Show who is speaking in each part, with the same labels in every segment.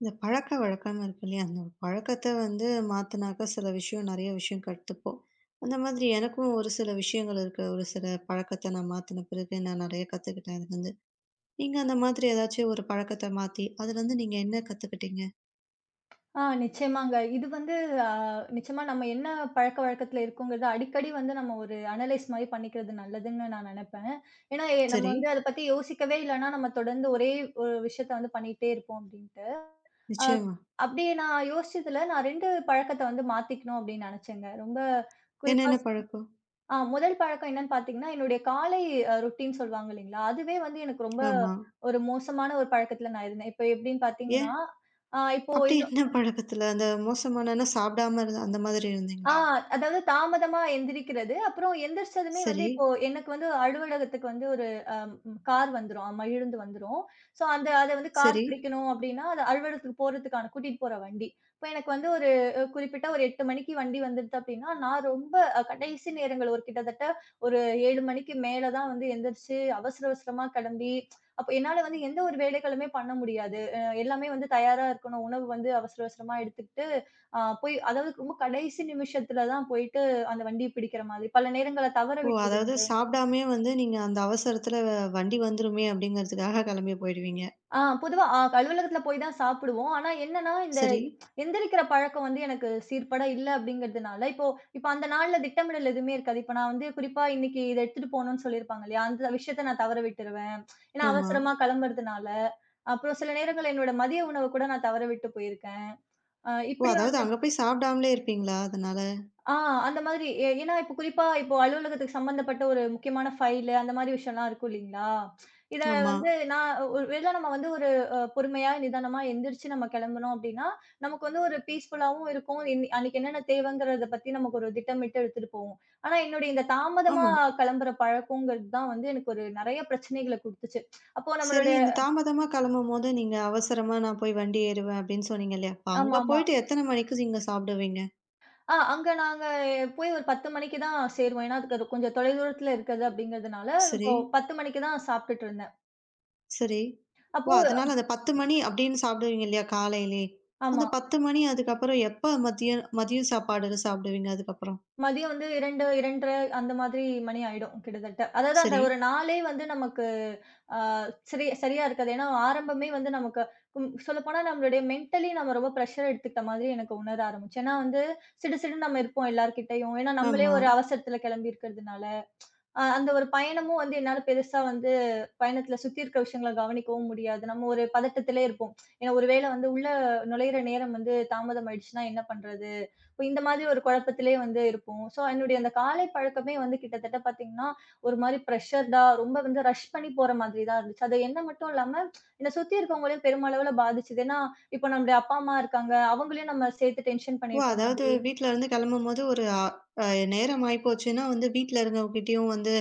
Speaker 1: இந்த பழக்கவழக்கம் இருக்கு இல்லையா? அந்த பழக்கத்த வந்து மாத்துனாக்கா சில விஷயம் நெறைய விஷயம் கத்துப்போம். அந்த மாதிரி எனக்கும் ஒரு சில விஷயங்கள் இருக்கு. ஒரு சில பழக்கத்த நான் மாத்துன பிறகு நான் நெறைய கத்துக்கிட்டேன் அதுலருந்து. நீங்க அந்த மாதிரி ஏதாச்சும் ஒரு பழக்கத்த மாத்தி, அதுலருந்து நீங்க என்ன கத்துக்கிட்டீங்க?
Speaker 2: நிச்சயமாங்க. இது வந்து அ நிச்சயமா நம்ம என்ன பழக்கவழக்கத்துல இருக்கோங்கிறத அடிக்கடி வந்து நம்ம ஒரு அனலைஸ் மாரி பண்ணிக்கிறது நல்லதுன்னு நான் நெனைப்பேன். ஏன்னா, நம்ம
Speaker 1: சரி.
Speaker 2: வந்து அத பத்தி யோசிக்கவே இல்லன்னா, நம்ம தொடர்ந்து ஒரே ஒரு விஷயத்த வந்து பண்ணிட்டே இருப்போம் அப்டின்ட்டு. அ
Speaker 1: நிச்சயமா.
Speaker 2: அப்டி நான் யோசிச்சதுல நான் 2 பழக்கத்த வந்து மாத்திக்கணும் அப்டின்னு நெனச்சேங்க. ரொம்ப குறிப்பா
Speaker 1: என்னென்ன
Speaker 2: சொ
Speaker 1: பழக்கம்?
Speaker 2: முதல் பழக்கம் என்னன்னு பாத்தீங்கன்னா, என்னுடைய காலை ரொட்டீன் சொல்லுவாங்க இல்லைங்களா? அதுவே வந்து எனக்கு ரொம்ப
Speaker 1: ஆமா.
Speaker 2: ஒரு மோசமான ஒரு பழக்கத்துல நான் இருந்தேன். இப்ப எப்டின்னு
Speaker 1: ஏன்?
Speaker 2: பாத்தீங்கன்னா, அ இப்போ
Speaker 1: அப்படி
Speaker 2: என்னோ
Speaker 1: என்ன பழக்கத்துல? அந்த மோசமானன்னா சாப்பிடாம இருந்த அந்த மாதிரி
Speaker 2: ஆ
Speaker 1: இருந்தீங்களா?
Speaker 2: அதாவது தாமதமா எந்திரிக்கிறது. அப்புறம் எந்திரிச்சதுமே வந்து
Speaker 1: சரி,
Speaker 2: இப்போ எனக்கு வந்து அலுவலகத்துக்கு வந்து ஒரு கார் வந்துரும். ஆமா, இழுந்து வந்துரும். ஸோ அத வந்து கார்
Speaker 1: சரி.
Speaker 2: பிடிக்கணும் அப்டின்னா, அது அலுவலகத்துக்கு போறதுக்கான கூட்டிட்டு போற வண்டி. இப்ப எனக்கு வந்து ஒரு குறிப்பிட்ட ஒரு 8 மணிக்கு வண்டி வந்துடுது அப்டின்னா, நான் ரொம்ப கடைசி நேரங்கள் ஒரு கிட்டத்தட்ட ஒரு 7 மணிக்கு மேல தான் வந்து எந்திரிச்சு அவசர அவசரமா கெளம்பி, அப்ப என்னால வந்து எந்த ஒரு வேலைகளுமே பண்ண முடியாது. எல்லாமே வந்து தயாரா இருக்கணும். உணவு வந்து அவசர அவசரமா எடுத்துக்கிட்டு, போய் அதாவது ரொம்ப கடைசி நிமிஷத்துல தான் போயிட்டு அந்த வண்டிய பிடிக்கிற மாதிரி. பல நேரங்கள தவற
Speaker 1: ஓ!
Speaker 2: விட்டது.
Speaker 1: அதாவது சாப்பிடாமயே வந்து நீங்க அந்த அவசரத்துல வண்டி வந்துருமே அப்படிங்கிறதுக்காக கிளம்பி போயிடுவீங்க.
Speaker 2: பொதுவா அலுவலகத்துல போய் தான் சாப்பிடுவோம். ஆனா என்னன்னா, இந்த
Speaker 1: சரி.
Speaker 2: எந்திரிக்கிற பழக்கம் வந்து எனக்கு சீர்பட இல்ல அப்படிங்கிறதுனால, இப்போ இப்போ அந்த நாள்ல திட்டமிடல் எதுவுமே இருக்காது. இப்போ நான் வந்து குறிப்பா இன்னைக்கு இத எடுத்துட்டு போணும்னு சொல்லியிருப்பாங்க இல்லையா? அந்த விஷயத்த நான் தவற விட்டுருவேன். ஏன்னா
Speaker 1: ஆமா.
Speaker 2: அவசரமா கிளம்புறதுனால. அப்புறம் சில நேரங்கள்ல என்னோட மதிய உணவு கூட நான் தவற விட்டு போயிருக்கேன். அ
Speaker 1: ஓ!
Speaker 2: இப்படி
Speaker 1: அதாவது
Speaker 2: வந்து
Speaker 1: அங்க போய் சாப்பிடாமலே இருப்பீங்களா? அதனால.
Speaker 2: ஆ அந்த மாதிரி. ஏன்னா இப்போ குறிப்பா இப்போ அலுவலகத்துக்கு சம்மந்தப்பட்ட ஒரு முக்கியமான ஃபைலு அந்த மாரி விஷயம்லாம் இருக்கும் இல்லீங்களா? இத
Speaker 1: ஆமா,
Speaker 2: வந்து நான் ஒரு வேள நம்ம வந்து ஒரு பொறுமையா, நிதானமா எந்திரிச்சு நம்ம கிளம்புனோம் அப்டின்னா, நமக்கு வந்து ஒரு பீஸ்ஃபுல்லாவும் இருக்கும். அன்னைக்கு என்னென்ன தேவைங்கிறத பத்தி நமக்கு ஒரு திட்டமிட்டு எடுத்துட்டு போவோம். ஆனா என்னுடைய இந்த தாமதமா
Speaker 1: ஆமா.
Speaker 2: கிளம்புற பழக்கங்கிறது தான் வந்து எனக்கு ஒரு நெறைய பிரச்சனைகள குடுத்துச்சு. அப்போ
Speaker 1: சரி
Speaker 2: நம்மளுடைய
Speaker 1: இந்த தாமதமா கிளம்பும்போது நீங்க அவசரமா நான் போய் வண்டி ஏறுவேன் அப்படின்னு சொன்னீங்க இல்லையா? அப்ப அங்க
Speaker 2: ஆமாமா.
Speaker 1: போயிட்டு எத்தன மணிக்கு நீங்க சாப்பிடுவீங்க?
Speaker 2: ஆ, அங்க நாங்க போய் ஒரு 10 மணிக்கு தான் சேருவோம். ஏன்னா, அதுக்கு அது கொஞ்சம் தொலைதூரத்துல இருக்குது அப்படிங்கிறதுனால,
Speaker 1: சரி,
Speaker 2: இப்போ 10 மணிக்கு தான் சாப்பிட்டுட்டு இருந்தேன்.
Speaker 1: சரி. ஓ!
Speaker 2: அப்போ
Speaker 1: அதனால அந்த 10 மணி அப்படின்னு சாப்பிடுவீங்க இல்லையா காலையிலே? அந்த
Speaker 2: ஆமா.
Speaker 1: 10 மணி அதுக்கப்புறம் எப்ப மதியம் மதியம் சாப்பாடு சாப்பிடுவீங்க அதுக்கப்புறம்?
Speaker 2: மதியம் வந்து 2, 2:30 அந்த மாதிரி மணி ஆயிடும் கிட்டத்தட்ட. அதாவது அந்த
Speaker 1: சரி.
Speaker 2: ஒரு நாளே வந்து நமக்கு ஆ சரி சரியா இருக்காது. ஏன்னா, ஆரம்பமே வந்து நமக்கு சொல்லப்போனா நம்மளுடைய மென்டலி நம்ம ரொம்ப பிரஷர் எடுத்துக்கிட்ட மாதிரி எனக்கு உணர ஆரம்பிச்சு. ஏன்னா வந்து, சிடுசிடுன்னு நம்ம இருப்போம் எல்லார்கிட்டயும். ஏன்னா, நம்மளே
Speaker 1: ஆமா.
Speaker 2: ஒரு அவசரத்துல கிளம்பி இருக்கிறதுனால. அந்த ஒரு பயணமும் வந்து என்னால பெருசா வந்து பயணத்துல சுத்தி இருக்கிற விஷயங்கள கவனிக்கவும் முடியாது. நம்ம ஒரு பதட்டத்திலே இருப்போம். ஏன்னா ஒரு வேளை வந்து உள்ள நுழையிற நேரம் வந்து தாமதம் ஆயிடுச்சுன்னா என்ன பண்றது? இப்ப இந்த மாதிரி ஒரு குழப்பத்திலே வந்து இருப்போம். ஸோ என்னுடைய அந்த காலை பழக்கமே வந்து கிட்டத்தட்ட பார்த்தீங்கன்னா, ஒரு மாரி பிரஷர்டா ரொம்ப வந்து ரஷ் பண்ணி போற மாதிரி தான் இருந்துச்சு. அது என்ன மட்டும் இல்லாம என்ன சுத்தி இருக்கவங்களையும் பெருமளவுல பாதிச்சது. ஏன்னா, இப்போ நம்முடைய அப்பா, அம்மா இருக்காங்க. அவங்களையும் நம்ம சேர்த்து டென்ஷன்
Speaker 1: ஓ!
Speaker 2: பண்ணிடுற
Speaker 1: அதாவது
Speaker 2: மாதிரி.
Speaker 1: வீட்ல இருந்து கிளம்பும்போது ஒரு அ அ நேரம் ஆயிப்போச்சுன்னா வந்து வீட்ல இருக்கவங்ககிட்டயும் வந்து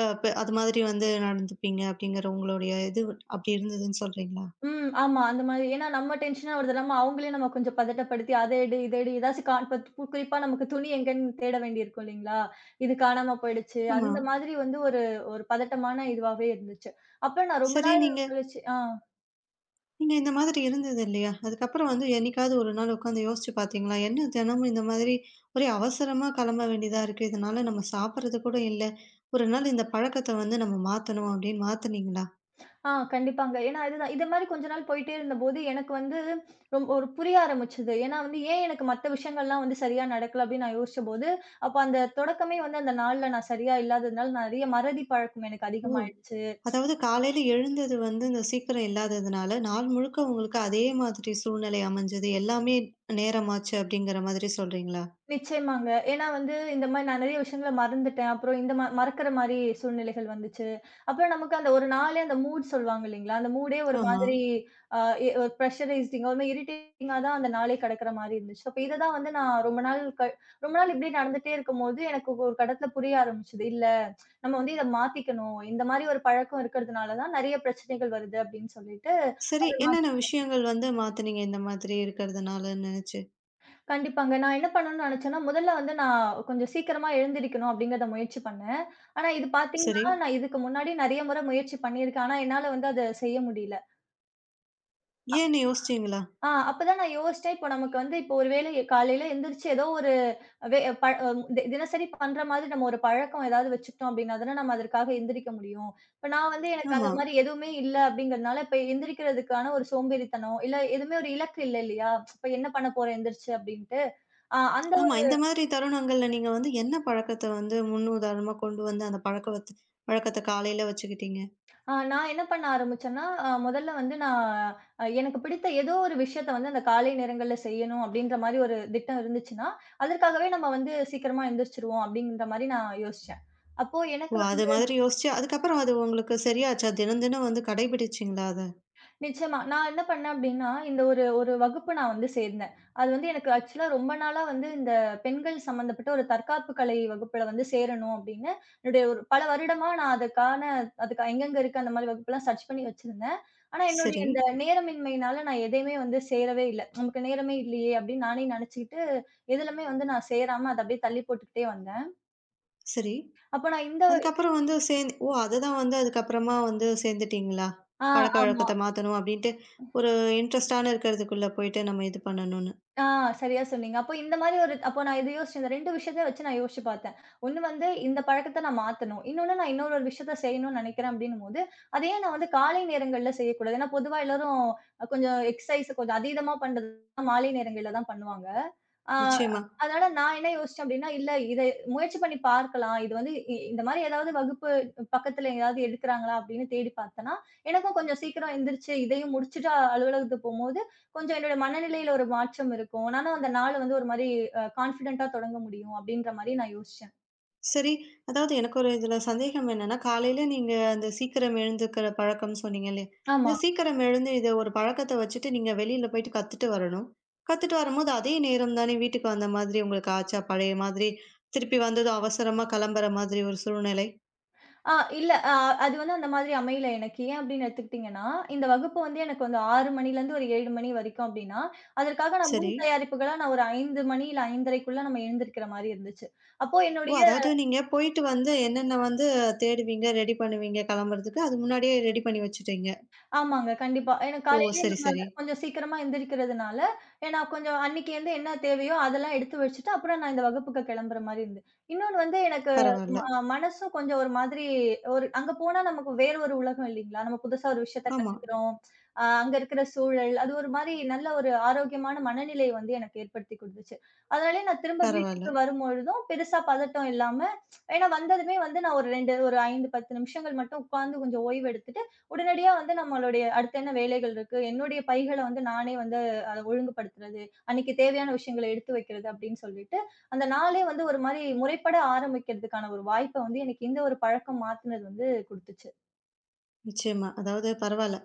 Speaker 1: அ ப அது மாதிரி வந்து நடந்துப்பீங்க அப்படிங்கிற உங்களுடைய இது அப்படி இருந்ததுன்னு சொல்றீங்களா?
Speaker 2: ம். ஆமா. அந்த மாதிரி. ஏன்னா நம்ம டென்ஷனா வருது இல்லாம, அவங்களே நம்ம கொஞ்சம் பதட்டப்படுத்தி, அத எடு, இத எடு, ஏதாச்சும் கா இப்ப து குறிப்பா நமக்கு துணி எங்கன்னு தேட வேண்டியிருக்கும் இல்லைங்களா? இது காணாம போயிடுச்சு.
Speaker 1: ஆமா.
Speaker 2: அந்த மாதிரி வந்து ஒரு ஒரு பதட்டமான இதுவாவே இருந்துச்சு. அப்புறம் நான் ரொம்ப
Speaker 1: சரி
Speaker 2: நாள்
Speaker 1: நீங்க
Speaker 2: கழிச்சு ஆ,
Speaker 1: நீங்க இந்த மாதிரி இருந்தது இல்லையா? அதுக்கப்புறம் வந்து என்னைக்காவது ஒரு நாள் உட்காந்து யோசிச்சு பார்த்தீங்களா? என்ன தினமும் இந்த மாதிரி ஒரே அவசரமா கிளம்ப வேண்டியதா இருக்கு. இதனால நம்ம சாப்பிடுறது கூட இல்ல. ஒரு நாள் இந்த பழக்கத்த வந்து நம்ம மாத்தணும் அப்படின்னு மாத்துனீங்களா?
Speaker 2: ஆ கண்டிப்பாங்க. ஏன்னா இதுதான், இத மாரி கொஞ்ச நாள் போயிட்டே இருந்தபோது, எனக்கு வந்து ஒரு புரிய ஆரம்பிச்சது. ஏன்னா வந்து ஏன் எனக்கு மத்த விஷயங்கள்லாம் வந்து சரியா நடக்கல அப்படின்னு நான் யோசிச்சபோது, அப்ப அந்த தொடக்கமே வந்து அந்த நாள்ல நான் சரியா இல்லாததுனால, நெறைய மறதி பழக்கம் எனக்கு
Speaker 1: ஓ!
Speaker 2: அதிகமாயிடுச்சு.
Speaker 1: அதாவது காலையில எழுந்தது வந்து இந்த சீக்கிரம் இல்லாததுனால, நாள் முழுக்க உங்களுக்கு அதே மாதிரி சூழ்நிலை அமைஞ்சது. எல்லாமே நேரமாச்சு அப்படிங்கிற மாதிரி சொல்றீங்களா?
Speaker 2: நிச்சயமாங்க. ஏன்னா வந்து இந்த மாரி நான் நெறைய விஷயங்கள மறந்துட்டேன். அப்புறம் இந்த மறக்கிற மாரி சூழ்நிலைகள் வந்துச்சு. அப்புறம் நமக்கு அந்த ஒரு நாளே அந்த மூட் சொல்லுவாங்க இல்லீங்களா? அந்த மூடே ஒரு
Speaker 1: ஆமா.
Speaker 2: மாதிரி அ எ ஒரு பிரஷரைஸ்டிங்கா, ஒரு மாரி இரிட்டேட்டிங்கா தான் அந்த நாளே கடக்கிற மாரி இருந்துச்சு. அப்ப இத தான் வந்து நான் ரொம்ப நாள் இப்படியே நடந்துட்டே இருக்கும்போது, எனக்கு ஒரு கட்டத்தில புரிய ஆரம்பிச்சது. "இல்ல, நம்ம வந்து இத மாத்திக்கணும். இந்த மாரி ஒரு பழக்கம் இருக்கிறதுனால தான் நெறைய பிரச்சனைகள் வருது." அப்படின்னு சொல்லிட்டு,
Speaker 1: சரி,
Speaker 2: அத
Speaker 1: என்னென்ன விஷயங்கள் வந்து மாத்துனீங்க இந்த மாதிரி இருக்கிறதுனால நினைச்சு?
Speaker 2: கண்டிப்பாங்க. நான் என்ன பண்ணணும்னு நினைச்சேன்னா, முதல்ல வந்து நான் கொஞ்சம் சீக்கிரமா எழுந்திரிக்கணும் அப்படிங்கிறத முயற்சி பண்ணேன். ஆனா இது பார்த்தீங்கன்னா,
Speaker 1: சரி.
Speaker 2: நான் இதுக்கு முன்னாடி நெறைய முறை முயற்சி பண்ணியிருக்கேன். ஆனா என்னால வந்து அத செய்ய முடியல.
Speaker 1: ஏன்னு யோசிச்சீங்களா?
Speaker 2: அப்பதான் நான் யோசிச்சேன், இப்போ நமக்கு வந்து இப்போ ஒரு வேளை காலையில எந்திரிச்சு ஏதோ ஒரு வே ப தி தினசரி பண்ற மாதிரி நம்ம ஒரு பழக்கம் ஏதாவது வச்சுக்கிட்டோம் அப்படின்னா தானே நம்ம அதற்காக எந்திரிக்க முடியும். இப்ப நான் வந்து எனக்கு
Speaker 1: ஆமா,
Speaker 2: அந்த மாரி எதுவுமே இல்ல அப்படிங்கிறதுனால, இப்ப எந்திரிக்கிறதுக்கான ஒரு சோம்பேறித்தனம், இல்ல எதுவுமே ஒரு இலக்கு இல்ல இல்லையா? இப்ப என்ன பண்ண போறேன் எந்திரிச்சு அப்படின்ட்டு. ஆ அந்த
Speaker 1: ஆமா. இந்த மாதிரி தருணங்கள்ல நீங்க வந்து என்ன பழக்கத்த வந்து முன்னுதாரணமா கொண்டு வந்து அந்த பழக்க வத் வழக்கத்த காலையில வச்சுக்கிட்டீங்க?
Speaker 2: ஆ நான் என்ன பண்ண ஆரம்பிச்சேன்னா, முதல்ல வந்து நான் எனக்கு பிடித்த ஏதோ ஒரு விஷயத்த வந்து அந்த காலை நேரங்கள்ல செய்யணும் அப்டின்ற மாரி ஒரு திட்டம் இருந்துச்சுன்னா, அதற்காகவே நம்ம வந்து சீக்கிரமா எந்திரிச்சுருவோம் அப்டின்ற மாரி நான் யோசிச்சேன். அப்போ
Speaker 1: ஓ!
Speaker 2: எனக்கு
Speaker 1: அது
Speaker 2: வந்து
Speaker 1: மாதிரி யோசிச்சு அதுக்கப்புறம் அது உங்களுக்கு சரியாச்சா? தினம் தினம் வந்து கடைபிடிச்சீங்களா அத?
Speaker 2: நிச்சயமா. நான் என்ன பண்ணேன் அப்டின்னா, இந்த ஒரு ஒரு வகுப்பு நான் வந்து சேர்ந்தேன். அது வந்து எனக்கு ஆக்சுவலா ரொம்ப நாளா வந்து இந்த பெண்கள் சம்மந்தப்பட்ட ஒரு தற்காப்பு கலை வகுப்புல வந்து சேரணும் அப்டின்னு, என்னுடைய ஒரு பல வருடமா நான் அதுக்கான, அதுக்கு எங்கெங்க இருக்கு அந்த மாரி வகுப்புலாம் சர்ச் பண்ணி வச்சிருந்தேன். ஆனா என்னுடைய
Speaker 1: சரி,
Speaker 2: இந்த நேரமின்மையினால நான் எதையுமே வந்து சேரவே இல்ல. நமக்கு நேரமே இல்லையே அப்டின்னு நானே நெனச்சுக்கிட்டு, எதுலமே வந்து நான் சேராம அத அப்டியே தள்ளி போட்டுக்கிட்டே வந்தேன்.
Speaker 1: சரி.
Speaker 2: அப்ப நான் இந்த
Speaker 1: அதுக்கப்புறம் வந்து சேர்ந்து ஓ! அதுதான் வந்து அதுக்கப்புறமா வந்து சேர்ந்துட்டீங்களா?
Speaker 2: ஆ ஆமா.
Speaker 1: பழக்கவழக்கத்த மாத்தணும் அப்டின்ட்டு, ஒரு இன்ட்ரெஸ்ட்டான இருக்கிறதுக்குள்ள போயிட்டு நம்ம இது பண்ணணும்னு.
Speaker 2: ஆ சரியா சொன்னீங்க. அப்போ இந்த மாரி ஒரு அப்போ நான் இத யோசிச்சேன். இந்த 2 விஷயத்த வச்சு நான் யோசிச்சு பார்த்தேன். ஒண்ணு வந்து இந்த பழக்கத்த நான் மாத்தணும். இன்னொன்னு நான் இன்னொரு ஒரு விஷயத்த செய்யணும்னு நினைக்கிறேன் அப்டின்னும்போது, அத ஏன் நான் வந்து காலை நேரங்கள்ல செய்யக்கூடாது? ஏன்னா பொதுவா எல்லாரும் கொஞ்சம் எக்ஸர்சைஸ் கொஞ்சம் அதீதமா பண்றது மாலை நேரங்கள்ல தான் பண்ணுவாங்க. ஆ
Speaker 1: நிச்சயமா.
Speaker 2: அதனால நான் என்ன யோசிச்சேன் அப்டின்னா, இல்ல இத முயற்சி பண்ணி பார்க்கலாம். இது வந்து இந்த மாரி ஏதாவது வகுப்பு பக்கத்துல ஏதாவது எடுக்கிறாங்களா அப்டின்னு தேடி பார்த்தேன்னா, எனக்கும் கொஞ்சம் சீக்கிரம் எந்திரிச்சு இதையும் முடிச்சுட்டு அலுவலகத்துக்கு போம்போது, கொஞ்சம் என்னோட மனநிலையில ஒரு மாற்றம் இருக்கும். நானும் அந்த நாள் வந்து ஒரு மாரி கான்ஃபிடென்ட்டா தொடங்க முடியும் அப்டின்ற மாரி நான் யோசிச்சேன்.
Speaker 1: சரி, அதாவது எனக்கு ஒரு இதுல சந்தேகம் என்னன்னா, காலையில நீங்க அந்த சீக்கிரம் எழுந்துக்கிற பழக்கம்னு சொன்னீங்க இல்லையா? இந்த
Speaker 2: ஆமா.
Speaker 1: சீக்கிரம் எழுந்து இத ஒரு பழக்கத்த வச்சுட்டு நீங்க வெளியில போயிட்டு கத்துட்டு வரணும். கத்துட்டு வரும்போது அதே நேரம் தானே வீட்டுக்கு வந்த மாதிரி உங்களுக்கு ஆச்சா? பழைய மாதிரி திருப்பி வந்ததும் அவசரமா கிளம்புற மாதிரி ஒரு சூழ்நிலை.
Speaker 2: ஆ இல்ல அ அது வந்து அந்த மாதிரி அமையல எனக்கு. ஏன் அப்டின்னு எடுத்துக்கிட்டீங்கன்னா, இந்த வகுப்பு வந்து எனக்கு வந்து 6 மணிலேருந்து ஒரு 7 மணி வரைக்கும் அப்டின்னா, அதற்காக நான்
Speaker 1: சரி.
Speaker 2: முன் தயாரிப்புகளா நான் ஒரு 5 மணி இல்ல 5:30க்குள்ள நம்ம எழுந்திருக்கிற மாரி இருந்துச்சு. அப்போ
Speaker 1: ஓ!
Speaker 2: என்னுடைய
Speaker 1: அதாவது நீங்க போயிட்டு வந்து என்னென்ன வந்து தேடுவீங்க, ரெடி பண்ணுவீங்க கிளம்புறதுக்கு, அது முன்னாடியே ரெடி பண்ணி வச்சுட்டீங்க.
Speaker 2: ஆமாங்க. கண்டிப்பா. ஏன்னா
Speaker 1: ஓ!
Speaker 2: காலையிலயே
Speaker 1: சரி,
Speaker 2: நம்ம
Speaker 1: சரி.
Speaker 2: கொஞ்சம் சீக்கிரமா எந்திரிக்கிறதுனால, ஏன்னா கொஞ்சம் அன்னைக்கு வந்து என்ன தேவையோ அதெல்லாம் எடுத்து வச்சுட்டு, அப்புறம் நான் இந்த வகுப்புக்கு கெளம்புற மாரி இருந்தது. இன்னொன்னு வந்து எனக்கு ம
Speaker 1: பரவால்ல.
Speaker 2: மனசும் கொஞ்சம் ஒரு மாதிரி ஒரு அங்க போனா நமக்கு வேற ஒரு உலகம் இல்லைங்களா? நம்ம புதுசா ஒரு விஷயத்த
Speaker 1: ஆமா.
Speaker 2: கத்துக்கிறோம். அங்க இருக்கிற சூழல், அது ஒரு மாரி நல்ல ஒரு ஆரோக்கியமான மனநிலையை வந்து எனக்கு ஏற்படுத்தி குடுத்துச்சு. அதனாலயே நான் திரும்ப
Speaker 1: பரவால்ல.
Speaker 2: வீட்டுக்கு வரும்பொழுதும் பெருசா பதட்டம் இல்லாம, ஏன்னா வந்ததுமே வந்து நான் ஒரு 2 ஒரு 5, 10 நிமிஷங்கள் மட்டும் உட்கார்ந்து கொஞ்சம் ஓய்வு எடுத்துட்டு, உடனடியா வந்து நம்மளுடைய அடுத்து என்ன வேலைகள் இருக்கு, என்னுடைய பைகள வந்து நானே வந்து அத ஒழுங்குபடுத்துறது, அன்னைக்கு தேவையான விஷயங்கள எடுத்து வைக்கிறது அப்படின்னு சொல்லிட்டு, அந்த நாளே வந்து ஒரு மாரி முறைப்பட ஆரம்பிக்கிறதுக்கான ஒரு வாய்ப்ப வந்து எனக்கு இந்த ஒரு பழக்கம் மாத்துனது வந்து குடுத்துச்சு.
Speaker 1: நிச்சயமா. அதாவது பரவால்ல.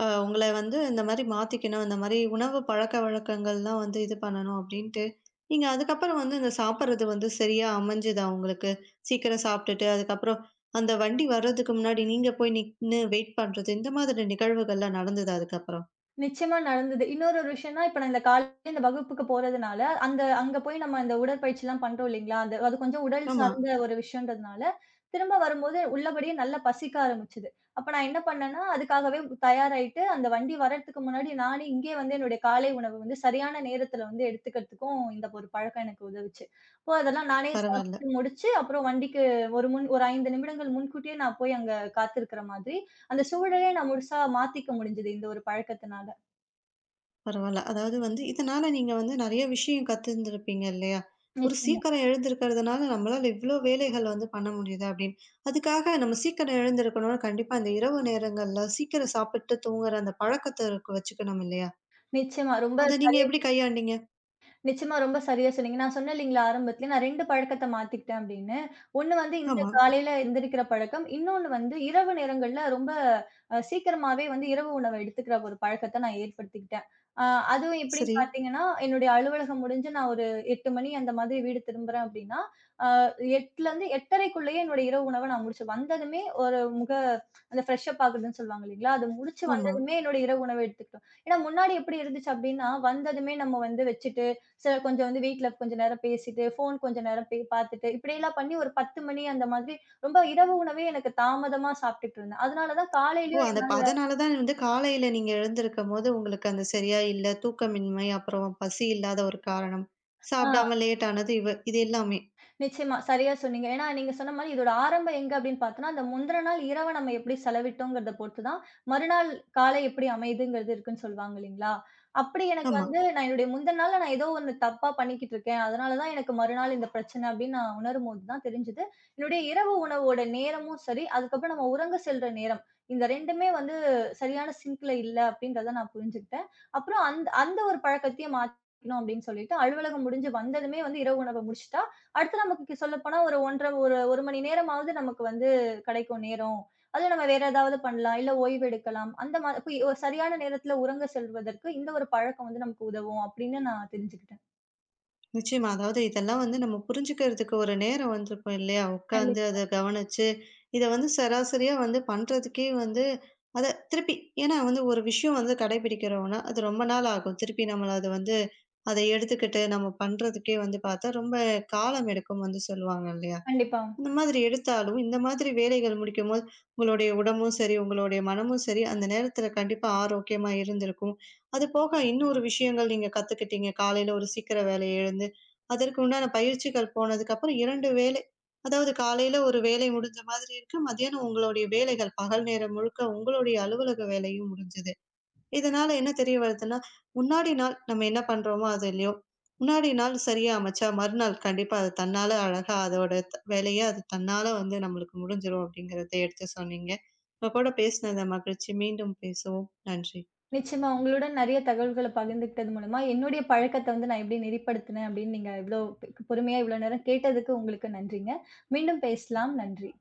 Speaker 1: உங்கள வந்து இந்த மாரி மாத்திக்கணும், இந்த மாரி உணவு பழக்கவழக்கங்கள்லாம் வந்து இது பண்ணணும் அப்டின்ட்டு, நீங்க அதுக்கப்புறம் வந்து இந்த சாப்பிடுறது வந்து சரியா அமைஞ்சுதா உங்களுக்கு? சீக்கிரம் சாப்ட்டுட்டு, அதுக்கப்புறம் அந்த வண்டி வர்றதுக்கு முன்னாடி நீங்க போய் நின்னு வெயிட் பண்றது, இந்த மாதிரி நிகழ்வுகள்லாம் நடந்ததா அதுக்கப்புறம்?
Speaker 2: நிச்சயமா நடந்தது. இன்னொரு ஒரு விஷயம்னா, இப்ப நான் இந்த காலையில இந்த வகுப்புக்கு போறதுனால, அங்க போய் நம்ம இந்த உடற்பயிற்சிலாம் பண்றோம் இல்லீங்களா? அது அது கொஞ்சம் உடல்
Speaker 1: ஆமா.
Speaker 2: சார்ந்த ஒரு விஷயம்ன்றதுனால, திரும்ப வரும்போது உள்ளபடியே நல்லா பசிக்க ஆரம்பிச்சது. அப்ப நான் என்ன பண்ணேன்னா, அதுக்காகவே தயாராயிட்டு, அந்த வண்டி வரதுக்கு முன்னாடி நானே இங்கேயே வந்து என்னுடைய காலை உணவு வந்து சரியான நேரத்துல வந்து எடுத்துக்கிறதுக்கும் இந்த ஒரு பழக்கம் எனக்கு உதவுச்சு. அப்போ அதெல்லாம் நானே
Speaker 1: பரவால்ல.
Speaker 2: சாப்பிட்டு முடிச்சு, அப்புறம் வண்டிக்கு ஒரு 5 நிமிடங்கள் முன்கூட்டியே நான் போய் அங்க காத்திருக்கிற மாதிரி, அந்த சூழலே நான் முழுசா மாத்திக்க முடிஞ்சது இந்த ஒரு பழக்கத்தினால.
Speaker 1: பரவால்ல. அதாவது வந்து இதனால நீங்க வந்து நெறைய விஷயம் கத்துருந்துருப்பீங்க இல்லையா? ஒரு
Speaker 2: நிச்சயமா,
Speaker 1: சீக்கிரம் எழுந்திருக்கிறதுனால நம்மளால இவ்ளோ வேலைகள் வந்து பண்ண முடியுது அப்படின்னு. அதுக்காக நம்ம சீக்கிரம் எழுந்திருக்கணும்னா கண்டிப்பா இந்த இரவு நேரங்கள்ல சீக்கிரம் சாப்பிட்டு தூங்குற அந்த பழக்கத்த இருக்கு வச்சுக்கணும் இல்லையா?
Speaker 2: நிச்சயமா. ரொம்ப
Speaker 1: அத
Speaker 2: ச
Speaker 1: நீங்க எப்படி கையாண்டீங்க?
Speaker 2: நிச்சயமா ரொம்ப சரியா சொன்னீங்க. நான் சொன்னேன் இல்லைங்களா ஆரம்பத்திலே, நான் 2 பழக்கத்த மாத்திக்கிட்டேன் அப்படின்னு. ஒண்ணு வந்து இந்த
Speaker 1: ஆமா.
Speaker 2: காலையில எந்திரிக்கிற பழக்கம். இன்னொன்னு வந்து இரவு நேரங்கள்ல ரொம்ப சீக்கிரமாவே வந்து இரவு உணவ எடுத்துக்கிற ஒரு பழக்கத்த நான் ஏற்படுத்திக்கிட்டேன். அ அதுவும் எப்படின்னு
Speaker 1: சரி.
Speaker 2: பார்த்தீங்கன்னா, என்னுடைய அலுவலகம் முடிஞ்சு நான் ஒரு 8 மணி அந்த மாதிரி வீடு திரும்புறேன் அப்படின்னா, அ 8லருந்து 8:30க்குள்ளேயே என்னுடைய இரவு உணவ நான் முடிச்சு வந்ததுமே ஒரு அந்த ஃப்ரெஷ் அப் ஆகுறதுன்னு சொல்லுவாங்க இல்லைங்களா? அது முடிச்சு
Speaker 1: ஆமா.
Speaker 2: வந்ததுமே என்னுடைய இரவு உணவ எடுத்துக்கிட்டோம். ஏன்னா முன்னாடி எப்படி இருந்துச்சு அப்படின்னா, வந்ததுமே நம்ம வந்து வச்சுட்டு சில கொஞ்சம் வந்து வீட்ல கொஞ்ச நேரம் பேசிட்டு, ஃபோன் கொஞ்ச நேரம் பார்த்துட்டு, இப்படியெல்லாம் பண்ணி ஒரு 10 மணி அந்த மாதிரி ரொம்ப இரவு உணவே எனக்கு தாமதமா சாப்பிட்டுட்டு இருந்தேன். அதனால தான்
Speaker 1: ஓ!
Speaker 2: காலையிலயும்
Speaker 1: அந்த
Speaker 2: என்னால
Speaker 1: அதனால தான் வந்து காலையில நீங்க எழுந்திருக்கும்போது உங்களுக்கு அந்த சரியா இல்ல, தூக்கமின்மை, அப்புறம் பசி இல்லாத ஒரு காரணம்,
Speaker 2: ஆ.
Speaker 1: சாப்பிடாம லேட் ஆனது இது எல்லாமே.
Speaker 2: நிச்சயமா. சரியா சொன்னீங்க. ஏன்னா, நீங்க சொன்ன மாரி இதோட ஆரம்பம் எங்க அப்டின்னு பார்த்தோம்னா, அந்த முந்தின நாள் இரவு நம்ம எப்படி செலவிட்டோங்கிறத பொறுத்து தான், மறுநாள் காலை எப்படி அமையுதுங்கிறது இருக்குன்னு சொல்லுவாங்க இல்லைங்களா? அப்படி எனக்கு
Speaker 1: ஆமா.
Speaker 2: வந்து நான் என்னுடைய முந்தின நாள்ல நான் ஏதோ ஒண்ணு தப்பா பண்ணிக்கிட்டு இருக்கேன். அதனால தான் எனக்கு மறுநாள் இந்த பிரச்சனை அப்படின்னு நான் உணரும்போது தான் தெரிஞ்சது. என்னுடைய இரவு உணவோட நேரமும் சரி, அதுக்கப்புறம் நம்ம உறங்க செல்ற நேரம். இந்த 2மே வந்து சரியான சிங்க்ல இல்ல அப்படின்றத நான் புரிஞ்சுக்கிட்டேன். அப்புறம் அந்த அந்த ஒரு பழக்கத்தையும் மாத்தணும் அப்படின்னு சொல்லிட்டு, அலுவலகம் முடிஞ்சு வந்ததுமே வந்து இரவு உணவ முடிச்சுட்டா, அடுத்து நமக்கு சொல்லப்போனா ஒரு 1 1/2 ஒரு 1 மணி நேரமாவது நமக்கு வந்து கிடைக்கும் நேரம். அதுல நம்ம வேற ஏதாவது பண்ணலாம். இல்ல ஓய்வு எடுக்கலாம். அந்த மா இப்ப ஒரு சரியான நேரத்துல உறங்க செல்வதற்கு இந்த ஒரு பழக்கம் வந்து நமக்கு உதவும் அப்படின்னு நான் தெரிஞ்சுக்கிட்டேன்.
Speaker 1: நிச்சயமா. அதாவது இதெல்லாம் வந்து நம்ம புரிஞ்சுக்கிறதுக்கு ஒரு நேரம் வந்திருக்கும் இல்லையா? உட்கார்ந்து
Speaker 2: கண்டிப்பா,
Speaker 1: அத கவனிச்சு, இத வந்து சராசரியா வந்து பண்றதுக்கே வந்து அத திருப்பி ஏன்னா வந்து ஒரு விஷயம் வந்து கடைபிடிக்கிறோம்னா, அது ரொம்ப நாள் ஆகும். திருப்பி நம்மள அது வந்து அத எடுத்துக்கிட்டு நம்ம பண்றதுக்கே வந்து பார்த்தா, ரொம்ப காலம் எடுக்கும்னு வந்து சொல்லுவாங்க இல்லையா?
Speaker 2: கண்டிப்பா.
Speaker 1: இந்த மாதிரி எடுத்தாலும், இந்த மாதிரி வேலைகள் முடிக்கும்போது, உங்களுடைய உடம்பும் சரி, உங்களுடைய மனமும் சரி, அந்த நேரத்தில கண்டிப்பா ஆரோக்கியமா இருந்திருக்கும். அதுபோக இன்னொரு விஷயங்கள் நீங்க கத்துக்கிட்டீங்க. காலையில ஒரு சீக்கிர வேலைய எழுந்து, அதற்கு உண்டான பயிற்சிகள் போனதுக்கப்புறம் 2 வேலை. அதாவது காலையில ஒரு வேலை முடிஞ்ச மாதிரி இருக்கு. மதியானம் உங்களுடைய வேலைகள், பகல் நேரம் முழுக்க உங்களுடைய அலுவலக வேலையும் முடிஞ்சது. இதனால என்ன தெரிய வருதுன்னா, முன்னாடி நாள் நம்ம என்ன பண்றோமோ அது இல்லையோ, முன்னாடி நாள் சரியா அமைச்சா மறுநாள் கண்டிப்பா அது தன்னால அழகா அதோட வேலைய அது தன்னால வந்து நம்மளுக்கு முடிஞ்சிரும் அப்படிங்கிறத எடுத்து சொன்னீங்க. உங்க கூட பேசினத மகிழ்ச்சி. மீண்டும் பேசுவோம். நன்றி.
Speaker 2: நிச்சயமா உங்களுடன் நெறைய தகவல்கள பகிர்ந்துக்கிட்டது மூலமா என்னுடைய பழக்கத்த வந்து நான் எப்படி நெறிப்படுத்தினேன் அப்படின்னு நீங்க இவ்ளோ பொறுமையா இவ்ளோ நேரம் கேட்டதுக்கு உங்களுக்கு நன்றிங்க. மீண்டும் பேசலாம். நன்றி.